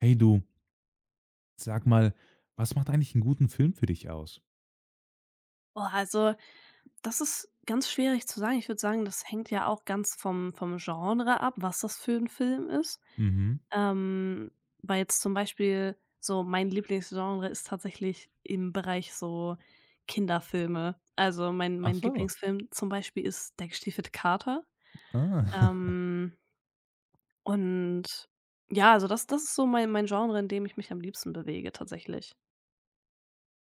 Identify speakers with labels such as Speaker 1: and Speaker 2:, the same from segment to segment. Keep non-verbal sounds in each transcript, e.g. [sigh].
Speaker 1: Hey du, sag mal, was macht eigentlich einen guten Film für dich aus?
Speaker 2: Oh, also, das ist ganz schwierig zu sagen. Ich würde sagen, das hängt ja auch ganz vom Genre ab, was das für ein Film ist.
Speaker 1: Mhm.
Speaker 2: Ähm, Weil jetzt zum Beispiel so mein Lieblingsgenre ist tatsächlich im Bereich so Kinderfilme. Also, mein
Speaker 1: Ach
Speaker 2: mein
Speaker 1: so.
Speaker 2: Lieblingsfilm zum Beispiel ist Der gestiefelte Kater.
Speaker 1: Ah. [laughs]
Speaker 2: Ähm, und ja, also das ist so mein Genre, in dem ich mich am liebsten bewege tatsächlich.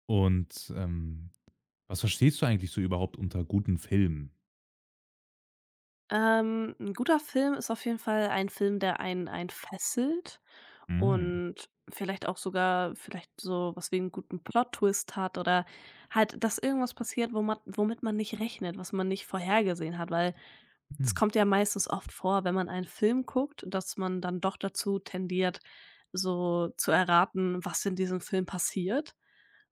Speaker 1: Und, was verstehst du eigentlich so überhaupt unter guten Filmen?
Speaker 2: 'N guter Film ist auf jeden Fall ein Film, der einen fesselt.
Speaker 1: Hm.
Speaker 2: Und vielleicht auch sogar vielleicht so was wie einen guten Plot-Twist hat oder halt, dass irgendwas passiert, wo man womit man nicht rechnet, was man nicht vorhergesehen hat, weil es
Speaker 1: Mhm.
Speaker 2: kommt ja meistens oft vor, wenn man einen Film guckt, dass man dann doch dazu tendiert, so zu erraten, was in diesem Film passiert.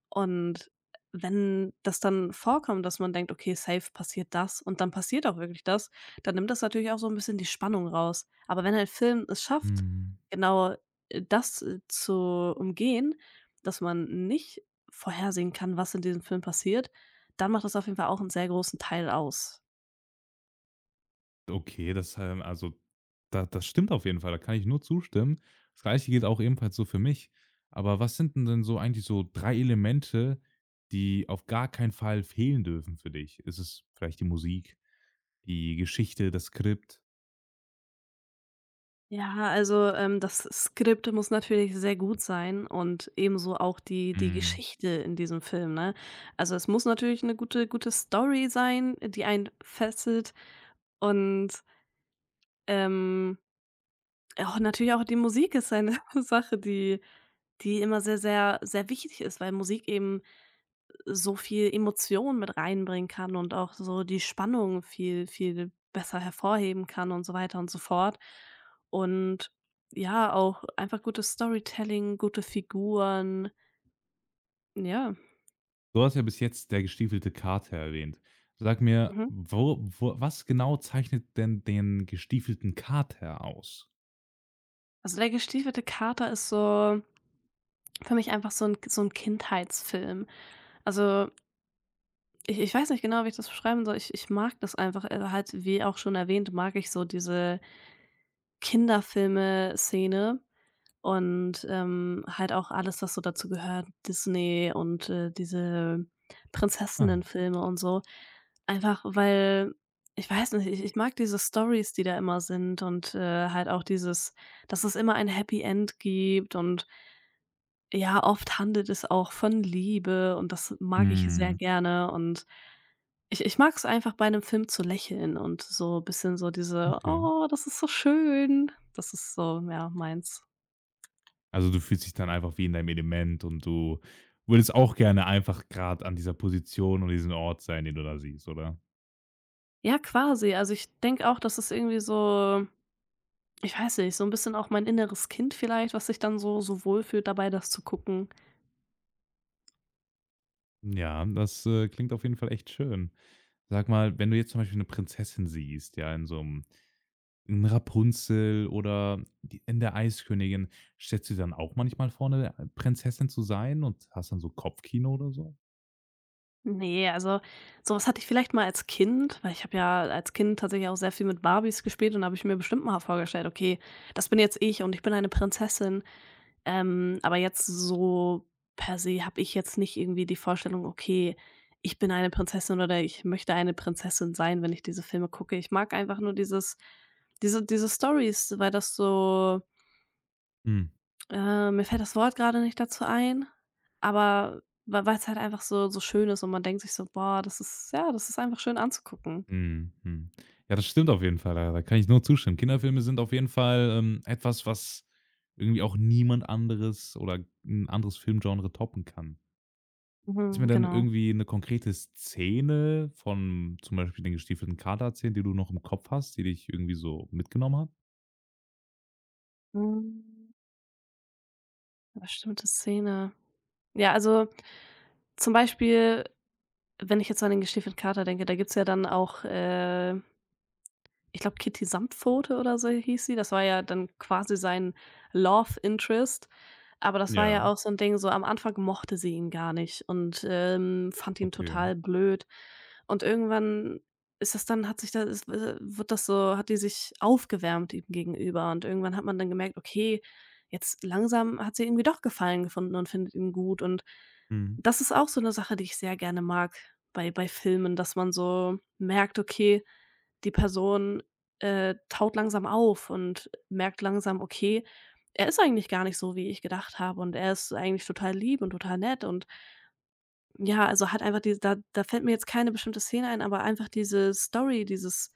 Speaker 2: Und wenn das dann vorkommt, dass man denkt: „Okay, safe passiert das“ und dann passiert auch wirklich das, dann nimmt das natürlich auch so ein bisschen die Spannung raus. Aber wenn ein Film es schafft,
Speaker 1: Mhm.
Speaker 2: genau, das, zu umgehen, dass man nicht vorhersehen kann, was in diesem Film passiert, dann macht das auf jeden Fall auch einen sehr großen Teil aus.
Speaker 1: Okay, das, also, da das stimmt auf jeden Fall, da kann ich nur zustimmen. Das Gleiche gilt auch ebenfalls so für mich. Aber was sind 'n denn so eigentlich so 3 Elemente, die auf gar keinen Fall fehlen dürfen für dich? Ist es vielleicht die Musik, die Geschichte, das Skript?
Speaker 2: Ja, also, das Skript muss natürlich sehr gut sein und ebenso auch die
Speaker 1: Mhm.
Speaker 2: Geschichte in diesem Film, ne? Also, es muss natürlich eine gute Story sein, die einen fesselt und, ähm, auch natürlich auch die Musik ist eine [laughs] Sache, die die immer sehr, sehr, sehr wichtig ist, weil Musik eben so viel Emotion mit reinbringen kann und auch so die Spannung viel, viel besser hervorheben kann und so weiter und so fort. Und ja, auch einfach gutes Storytelling, gute Figuren. Ja.
Speaker 1: Du hast ja bis jetzt der gestiefelte Kater erwähnt. Sag mir,
Speaker 2: Mhm.
Speaker 1: wo was genau zeichnet denn den gestiefelten Kater aus?
Speaker 2: Also der gestiefelte Kater ist so für mich einfach so ein Kindheitsfilm. Also, ich weiß nicht genau, wie ich das beschreiben soll. Ich mag das einfach, halt, wie auch schon erwähnt, mag ich so diese Kinderfilme-Szene. Und, halt auch alles, was so dazu gehört, Disney und, diese
Speaker 1: Ah.
Speaker 2: Prinzessinnenfilme und so. Einfach, weil ich weiß nicht, ich mag diese Stories, die da immer sind und, halt auch dieses dass es immer ein Happy End gibt und ja, oft handelt es auch von Liebe und das mag ich sehr
Speaker 1: Mhm,
Speaker 2: gerne und ich mag es einfach, bei einem Film zu lächeln und so ein bisschen so diese:
Speaker 1: okay.
Speaker 2: „Oh, das ist so schön.“ Das ist so, ja, meins.
Speaker 1: Also, du fühlst dich dann einfach wie in deinem Element und du würdest auch gerne einfach gerade an dieser Position und diesem Ort sein, den du da siehst, oder?
Speaker 2: Ja, quasi. Also, ich denke auch, dass es irgendwie so ich weiß nicht, so ein bisschen auch mein inneres Kind vielleicht, was sich dann so wohlfühlt dabei, das zu gucken.
Speaker 1: Ja, das klingt auf jeden Fall echt schön. Sag mal, wenn du jetzt zum Beispiel eine Prinzessin siehst, ja, in so einem in Rapunzel oder die in der Eiskönigin. Stellst du dir dann auch manchmal vor, 'ne Prinzessin zu sein und hast dann so Kopfkino oder so?
Speaker 2: Ne, also, sowas hatte ich vielleicht mal als Kind, weil ich habe ja als Kind tatsächlich auch sehr viel mit Barbies gespielt und da habe ich mir bestimmt mal vorgestellt: „Okay, das bin jetzt ich und ich bin eine Prinzessin.“ Aber jetzt so per se habe ich jetzt nicht irgendwie die Vorstellung: „Okay, ich bin eine Prinzessin“ oder „ich möchte eine Prinzessin sein“, wenn ich diese Filme gucke. Ich mag einfach nur dieses diese Stories weil das so
Speaker 1: Mhm,
Speaker 2: mir fällt das Wort gerade nicht dazu ein, aber weil es halt einfach so schön ist und man denkt sich so: „Boah, das ist ja, das ist einfach schön anzugucken.“
Speaker 1: mhm, mhm. Ja, das stimmt auf jeden Fall, da kann ich nur zustimmen. Kinderfilme sind auf jeden Fall, etwas, was irgendwie auch niemand anderes oder ein anderes Filmgenre toppen kann. Kannst du mir
Speaker 2: Mhm,
Speaker 1: denn
Speaker 2: genau.
Speaker 1: irgendwie eine konkrete Szene von zum Beispiel den gestiefelten Kater erzählen, die du noch im Kopf hast, die dich irgendwie so mitgenommen hat?
Speaker 2: Hm, bestimmte Szene. Ja, also, zum Beispiel wenn ich jetzt an den gestiefelten Kater denke, da gibt's ja dann auch, ich glaube, Kitty Samtpfote oder so hieß sie. Das war ja dann quasi sein Love Interest. Aber das war
Speaker 1: Ja,
Speaker 2: ja auch so 'n Ding, so am Anfang mochte sie ihn gar nicht und, fand ihn
Speaker 1: okay.
Speaker 2: total blöd. Und irgendwann ist das dann hat sich da ist wird das so hat die sich aufgewärmt ihm gegenüber und irgendwann hat man dann gemerkt: „Okay, jetzt langsam hat sie irgendwie doch Gefallen gefunden und findet ihn gut.“ Und
Speaker 1: Mhm.
Speaker 2: das ist auch so 'ne Sache, die ich sehr gerne mag bei Filmen, dass man so merkt: „Okay, die Person taut langsam auf und merkt langsam: „Okay, er ist eigentlich gar nicht so, wie ich gedacht habe und er ist eigentlich total lieb und total nett“ und ja, also, hat einfach diese da fällt mir jetzt keine bestimmte Szene ein, aber einfach diese Story, dieses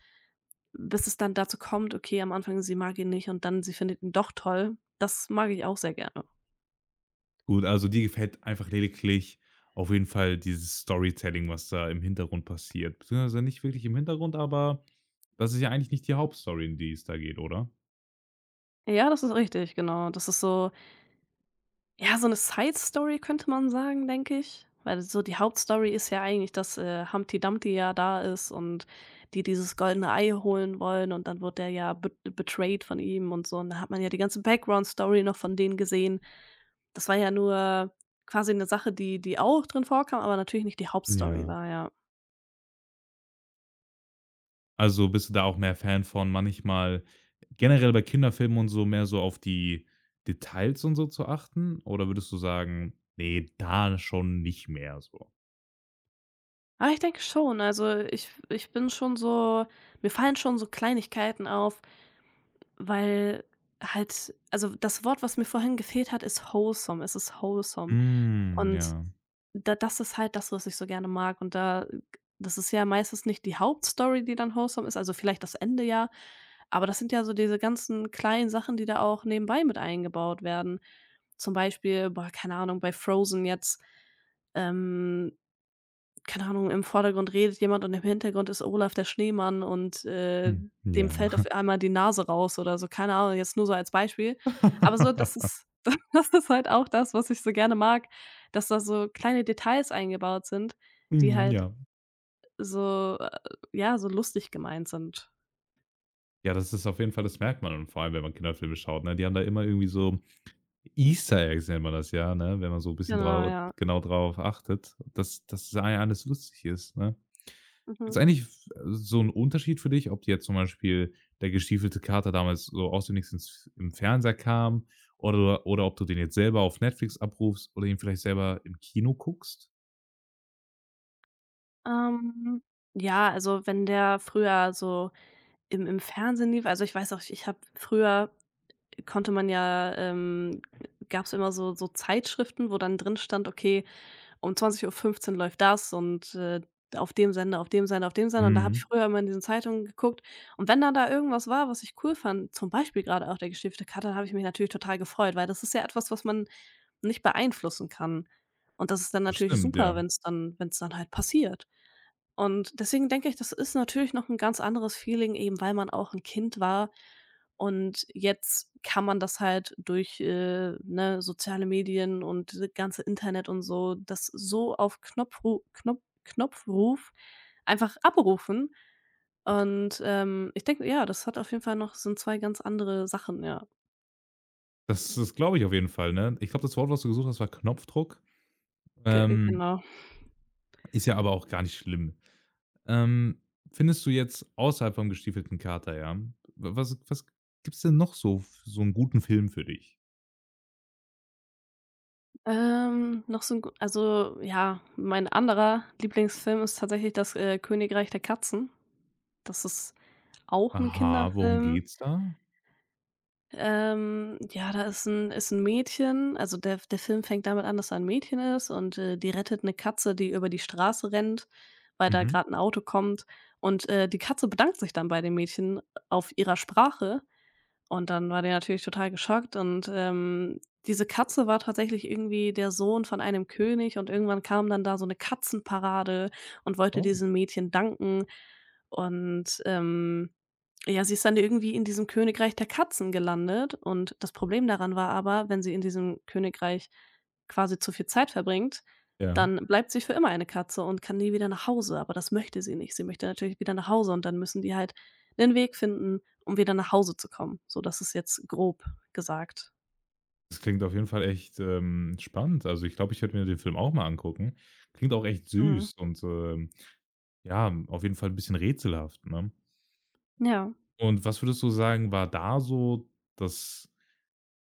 Speaker 2: bis es dann dazu kommt, okay, am Anfang sie mag ihn nicht und dann sie findet ihn doch toll, das mag ich auch sehr gerne.
Speaker 1: Gut, also dir gefällt einfach lediglich auf jeden Fall dieses Storytelling, was da im Hintergrund passiert. Beziehungsweise nicht wirklich im Hintergrund, aber das ist ja eigentlich nicht die Hauptstory, in die es da geht, oder?
Speaker 2: Ja, das ist richtig, genau. Das ist so ja, so eine Side-Story könnte man sagen, denke ich. Weil so die Hauptstory ist ja eigentlich, dass, Humpty Dumpty ja da ist und die dieses goldene Ei holen wollen und dann wird der ja be betrayed von ihm und so. Und da hat man ja die ganze Background-Story noch von denen gesehen. Das war ja nur quasi eine Sache, die die auch drin vorkam, aber natürlich nicht die Hauptstory
Speaker 1: Ja.
Speaker 2: war, ja.
Speaker 1: Also bist du da auch mehr Fan von, manchmal generell bei Kinderfilmen und so, mehr so auf die Details und so zu achten? Oder würdest du sagen: „Nee, da schon nicht mehr so“?
Speaker 2: Aber ich denke schon, also ich bin schon so mir fallen schon so Kleinigkeiten auf, weil halt also das Wort, was mir vorhin gefehlt hat, ist wholesome. Es ist wholesome.
Speaker 1: Hm,
Speaker 2: Und
Speaker 1: ja.
Speaker 2: da das ist halt das, was ich so gerne mag. Und da das ist ja meistens nicht die Hauptstory, die dann wholesome ist, also vielleicht das Ende ja, aber das sind ja so diese ganzen kleinen Sachen, die da auch nebenbei mit eingebaut werden. Zum Beispiel, boah, keine Ahnung, bei Frozen jetzt, ähm, keine Ahnung, im Vordergrund redet jemand und im Hintergrund ist Olaf der Schneemann und,
Speaker 1: Hm,
Speaker 2: dem
Speaker 1: ja.
Speaker 2: fällt auf einmal die Nase raus oder so, keine Ahnung, jetzt nur so als Beispiel. Aber so, das
Speaker 1: [laughs]
Speaker 2: ist [laughs] das ist halt auch das, was ich so gerne mag, dass da so kleine Details eingebaut sind, die
Speaker 1: Hm,
Speaker 2: halt
Speaker 1: ja.
Speaker 2: so, ja, so lustig gemeint sind.
Speaker 1: Ja, das ist auf jeden Fall, das merkt man, und vor allem, wenn man Kinderfilme schaut, ne? Die haben da immer irgendwie so Easter Eggs, nennt man das ja, ne? Wenn man so ein bisschen
Speaker 2: Genau,
Speaker 1: drau
Speaker 2: ja.
Speaker 1: genau drauf achtet, dass da ja alles lustig ist, ne? Gibt's
Speaker 2: Mhm.
Speaker 1: eigentlich f so 'n Unterschied für dich, ob dir jetzt zum Beispiel der gestiefelte Kater damals so aus dem Nix ins im Fernseher kam oder ob du den jetzt selber auf Netflix abrufst oder ihn vielleicht selber im Kino guckst?
Speaker 2: Ähm, ja, also wenn der früher so im Fernsehen lief also ich weiß auch, ich habe früher konnte man ja gab es immer so so Zeitschriften, wo dann drin stand: „Okay, um 20:15 läuft das und, auf dem Sender, auf dem Sender, auf dem Sender.“ Und da habe ich
Speaker 1: Mhm.
Speaker 2: früher immer in diesen Zeitungen geguckt. Und wenn dann da irgendwas war, was ich cool fand, zum Beispiel gerade auch der gestiefte Kater, habe ich mich natürlich total gefreut, weil das ist ja etwas, was man nicht beeinflussen kann. Und das ist dann
Speaker 1: Das
Speaker 2: natürlich
Speaker 1: stimmt,
Speaker 2: super,
Speaker 1: ja.
Speaker 2: wenn es dann halt passiert. Und deswegen denke ich, das ist natürlich noch ein ganz anderes Feeling, eben weil man auch ein Kind war. Und jetzt kann man das halt durch, ne, soziale Medien und das ganze Internet und so, das so auf Knopfruf einfach abrufen.
Speaker 1: Okay.
Speaker 2: Und, ich denke, ja, das hat auf jeden Fall noch sind 2 ganz andere Sachen, ja.
Speaker 1: Das glaube ich auf jeden Fall, ne? Ich glaube, das Wort, was du gesucht hast, war Knopfdruck.
Speaker 2: Ge
Speaker 1: Ähm
Speaker 2: Genau.
Speaker 1: Ist ja aber auch gar nicht schlimm. Ähm, Findest du jetzt außerhalb vom gestiefelten Kater, ja? W Was gibt's denn noch so f so einen guten Film für dich?
Speaker 2: Noch so 'n gu Also, ja, mein anderer Lieblingsfilm ist tatsächlich das, Königreich der Katzen. Das ist auch 'n
Speaker 1: Aha, worum
Speaker 2: Kinderfilm.
Speaker 1: geht's da?
Speaker 2: Ja, da ist 'n Mädchen also, der Film fängt damit an, dass da 'n Mädchen ist und, die rettet 'ne Katze, die über die Straße rennt, weil da
Speaker 1: Mhm.
Speaker 2: grad 'n Auto kommt und, die Katze bedankt sich dann bei dem Mädchen auf ihrer Sprache und dann war der natürlich total geschockt und, diese Katze war tatsächlich irgendwie der Sohn von einem König und irgendwann kam dann da so eine Katzenparade und wollte
Speaker 1: Oh,
Speaker 2: diesem Mädchen danken. Und, ja, sie ist dann irgendwie in diesem Königreich der Katzen gelandet und das Problem daran war aber, wenn sie in diesem Königreich quasi zu viel Zeit verbringt,
Speaker 1: ja.
Speaker 2: dann bleibt sie für immer eine Katze und kann nie wieder nach Hause, aber das möchte sie nicht. Sie möchte natürlich wieder nach Hause und dann müssen die halt einen Weg finden um wieder nach Hause zu kommen. So, das ist jetzt grob gesagt.
Speaker 1: Das klingt auf jeden Fall echt, spannend. Also, ich glaube, ich werde mir den Film auch mal angucken. Klingt auch echt
Speaker 2: Mhm.
Speaker 1: süß und, ja, auf jeden Fall ein bisschen rätselhaft, ne?
Speaker 2: Ja.
Speaker 1: Und was würdest du sagen, war da so das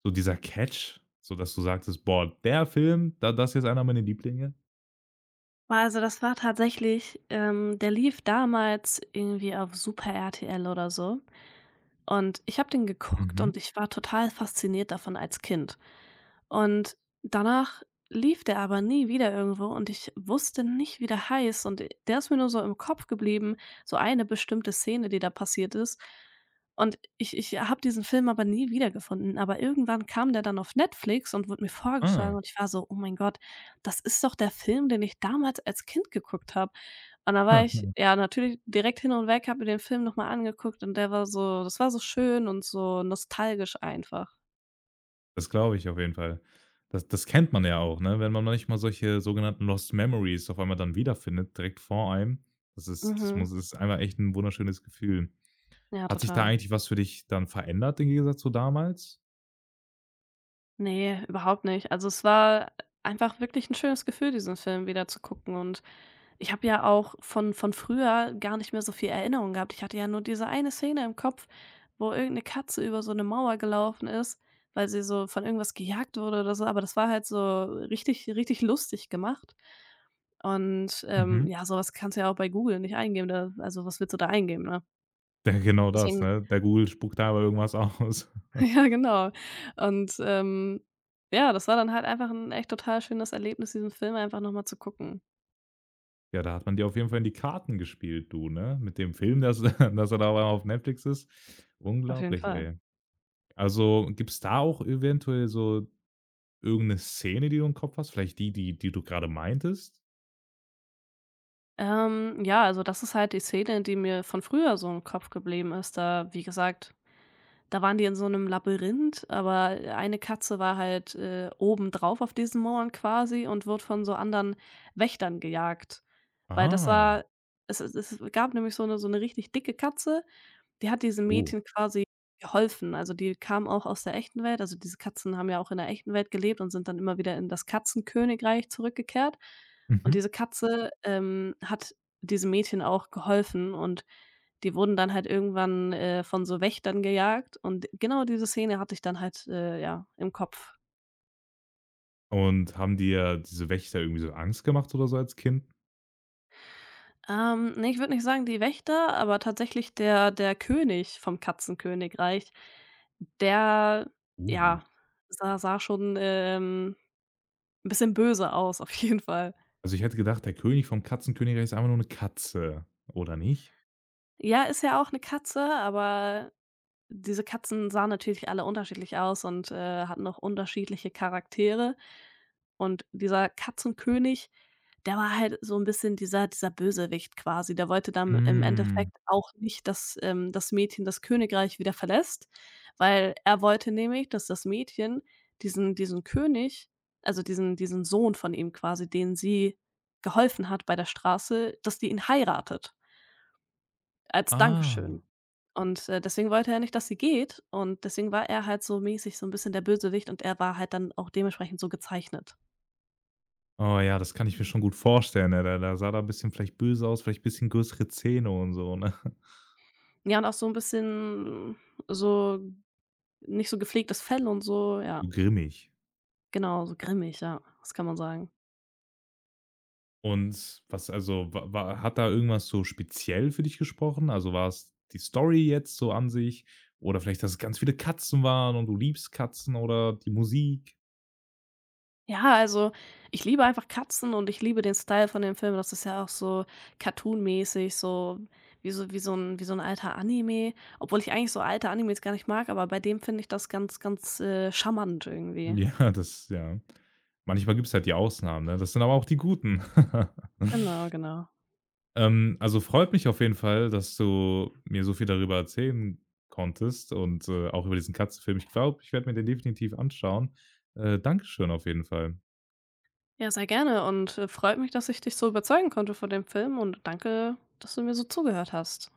Speaker 1: so dieser Catch, so dass du sagtest: „Boah, der Film, da das ist jetzt einer meiner Lieblinge“?
Speaker 2: Also, das war tatsächlich der lief damals irgendwie auf Super RTL oder so. Und ich habe den geguckt
Speaker 1: Mhm.
Speaker 2: und ich war total fasziniert davon als Kind. Und danach lief der aber nie wieder irgendwo und ich wusste nicht, wie der heißt. Und der ist mir nur so im Kopf geblieben, so eine bestimmte Szene, die da passiert ist. Und ich habe diesen Film aber nie wiedergefunden. Aber irgendwann kam der dann auf Netflix und wurde mir vorgeschlagen
Speaker 1: Ah.
Speaker 2: und ich war so, oh mein Gott, das ist doch der Film, den ich damals als Kind geguckt habe. Und da war ich,
Speaker 1: [laughs]
Speaker 2: ja, natürlich direkt hin und weg, habe mir den Film noch mal angeguckt und der war so das war so schön und so nostalgisch einfach.
Speaker 1: Das glaube ich auf jeden Fall. Das kennt man ja auch, ne? Wenn man manchmal solche sogenannten Lost Memories auf einmal dann wiederfindet, direkt vor einem. Das ist das
Speaker 2: Mhm.
Speaker 1: muss das ist einfach echt ein wunderschönes Gefühl.
Speaker 2: Ja,
Speaker 1: Hat sich da
Speaker 2: total.
Speaker 1: eigentlich was für dich dann verändert im Gegensatz zu damals?
Speaker 2: Nee, überhaupt nicht. Also, es war einfach wirklich ein schönes Gefühl, diesen Film wieder zu gucken und ich habe ja auch von früher gar nicht mehr so viel Erinnerung gehabt. Ich hatte ja nur diese eine Szene im Kopf, wo irgendeine Katze über so eine Mauer gelaufen ist, weil sie so von irgendwas gejagt wurde oder so, aber das war halt so richtig lustig gemacht. Und,
Speaker 1: Mhm. [laughs]
Speaker 2: ja, sowas kannst du ja auch bei Google nicht eingeben, da also, was willst du da eingeben, ne?
Speaker 1: Ja, genau das,
Speaker 2: Deswegen
Speaker 1: ne? Der Google spuckt da aber irgendwas aus.
Speaker 2: [laughs]
Speaker 1: [laughs]
Speaker 2: ja, genau. Und, ja, das war dann halt einfach ein echt total schönes Erlebnis, diesen Film einfach noch mal zu gucken.
Speaker 1: Ja, da hat man dir auf jeden Fall in die Karten gespielt, du, ne? Mit dem Film, dass [laughs] dass er da auf Netflix ist.
Speaker 2: Auf jeden
Speaker 1: Unglaublich,
Speaker 2: Fall.
Speaker 1: ey. Also, gibt's da auch eventuell so irgendeine Szene, die du im Kopf hast? Vielleicht die, die du gerade meintest?
Speaker 2: Ja, also das ist halt die Szene, die mir von früher so im Kopf geblieben ist. Da, wie gesagt, da waren die in so einem Labyrinth, aber eine Katze war halt, obendrauf auf diesen Mauern quasi und wurde von so anderen Wächtern gejagt. Weil das
Speaker 1: Ah,
Speaker 2: war Es es gab nämlich so eine so 'ne richtig dicke Katze, die hat diesem
Speaker 1: oh,
Speaker 2: Mädchen quasi geholfen. Also, die kam auch aus der echten Welt. Also, diese Katzen haben ja auch in der echten Welt gelebt und sind dann immer wieder in das Katzenkönigreich zurückgekehrt. Und
Speaker 1: mhm.
Speaker 2: diese Katze, hat diesem Mädchen auch geholfen und die wurden dann halt irgendwann, von so Wächtern gejagt und genau diese Szene hatte ich dann halt, ja, im Kopf.
Speaker 1: Und haben dir diese Wächter irgendwie so Angst gemacht oder so als Kind?
Speaker 2: Ne, ich würde nicht sagen die Wächter, aber tatsächlich der König vom Katzenkönigreich, der,
Speaker 1: Uh.
Speaker 2: ja, sah schon, 'n bisschen böse aus [laughs] auf jeden Fall.
Speaker 1: Also, ich hätte gedacht, der König vom Katzenkönigreich ist einfach nur eine Katze, oder nicht?
Speaker 2: Ja, ist ja auch eine Katze, aber diese Katzen sahen natürlich alle unterschiedlich aus und, hatten auch unterschiedliche Charaktere. Und dieser Katzenkönig, der war halt so ein bisschen dieser Bösewicht quasi. Der wollte dann im
Speaker 1: Hm,
Speaker 2: Endeffekt auch nicht, dass, das Mädchen das Königreich wieder verlässt, weil er wollte nämlich, dass das Mädchen diesen König, also diesen Sohn von ihm quasi, den sie geholfen hat bei der Straße, dass die ihn heiratet als
Speaker 1: ah.
Speaker 2: Dankeschön. Und, deswegen wollte er nicht, dass sie geht und deswegen war er halt so mäßig so ein bisschen der Bösewicht und er war halt dann auch dementsprechend so gezeichnet.
Speaker 1: Oh ja, das kann ich mir schon gut vorstellen, ne? Da sah da ein bisschen vielleicht böse aus, vielleicht ein bisschen größere Zähne und so, ne? [laughs]
Speaker 2: Ja, und auch so ein bisschen so nicht so gepflegtes Fell und so, ja,
Speaker 1: So grimmig.
Speaker 2: genau, so grimmig, ja, das kann man sagen.
Speaker 1: Und was also, wa wa hat da irgendwas so speziell für dich gesprochen? Also, war es die Story jetzt so an sich oder vielleicht, dass es ganz viele Katzen waren und du liebst Katzen oder die Musik? [laughs]
Speaker 2: Ja, also, ich liebe einfach Katzen und ich liebe den Style von dem Film. Das ist ja auch so cartoonmäßig, so wie so ein alter Anime, obwohl ich eigentlich so alte Animes gar nicht mag, aber bei dem finde ich das ganz, ganz, charmant irgendwie.
Speaker 1: Ja, das ja. Manchmal gibt es halt die Ausnahmen, ne? Das sind aber auch die Guten. [laughs]
Speaker 2: Genau, genau.
Speaker 1: Also, freut mich auf jeden Fall, dass du mir so viel darüber erzählen konntest und, auch über diesen Katzenfilm. Ich glaube, ich werde mir den definitiv anschauen. Dankeschön auf jeden Fall.
Speaker 2: Ja, sehr gerne und, freut mich, dass ich dich so überzeugen konnte von dem Film und danke, dass du mir so zugehört hast.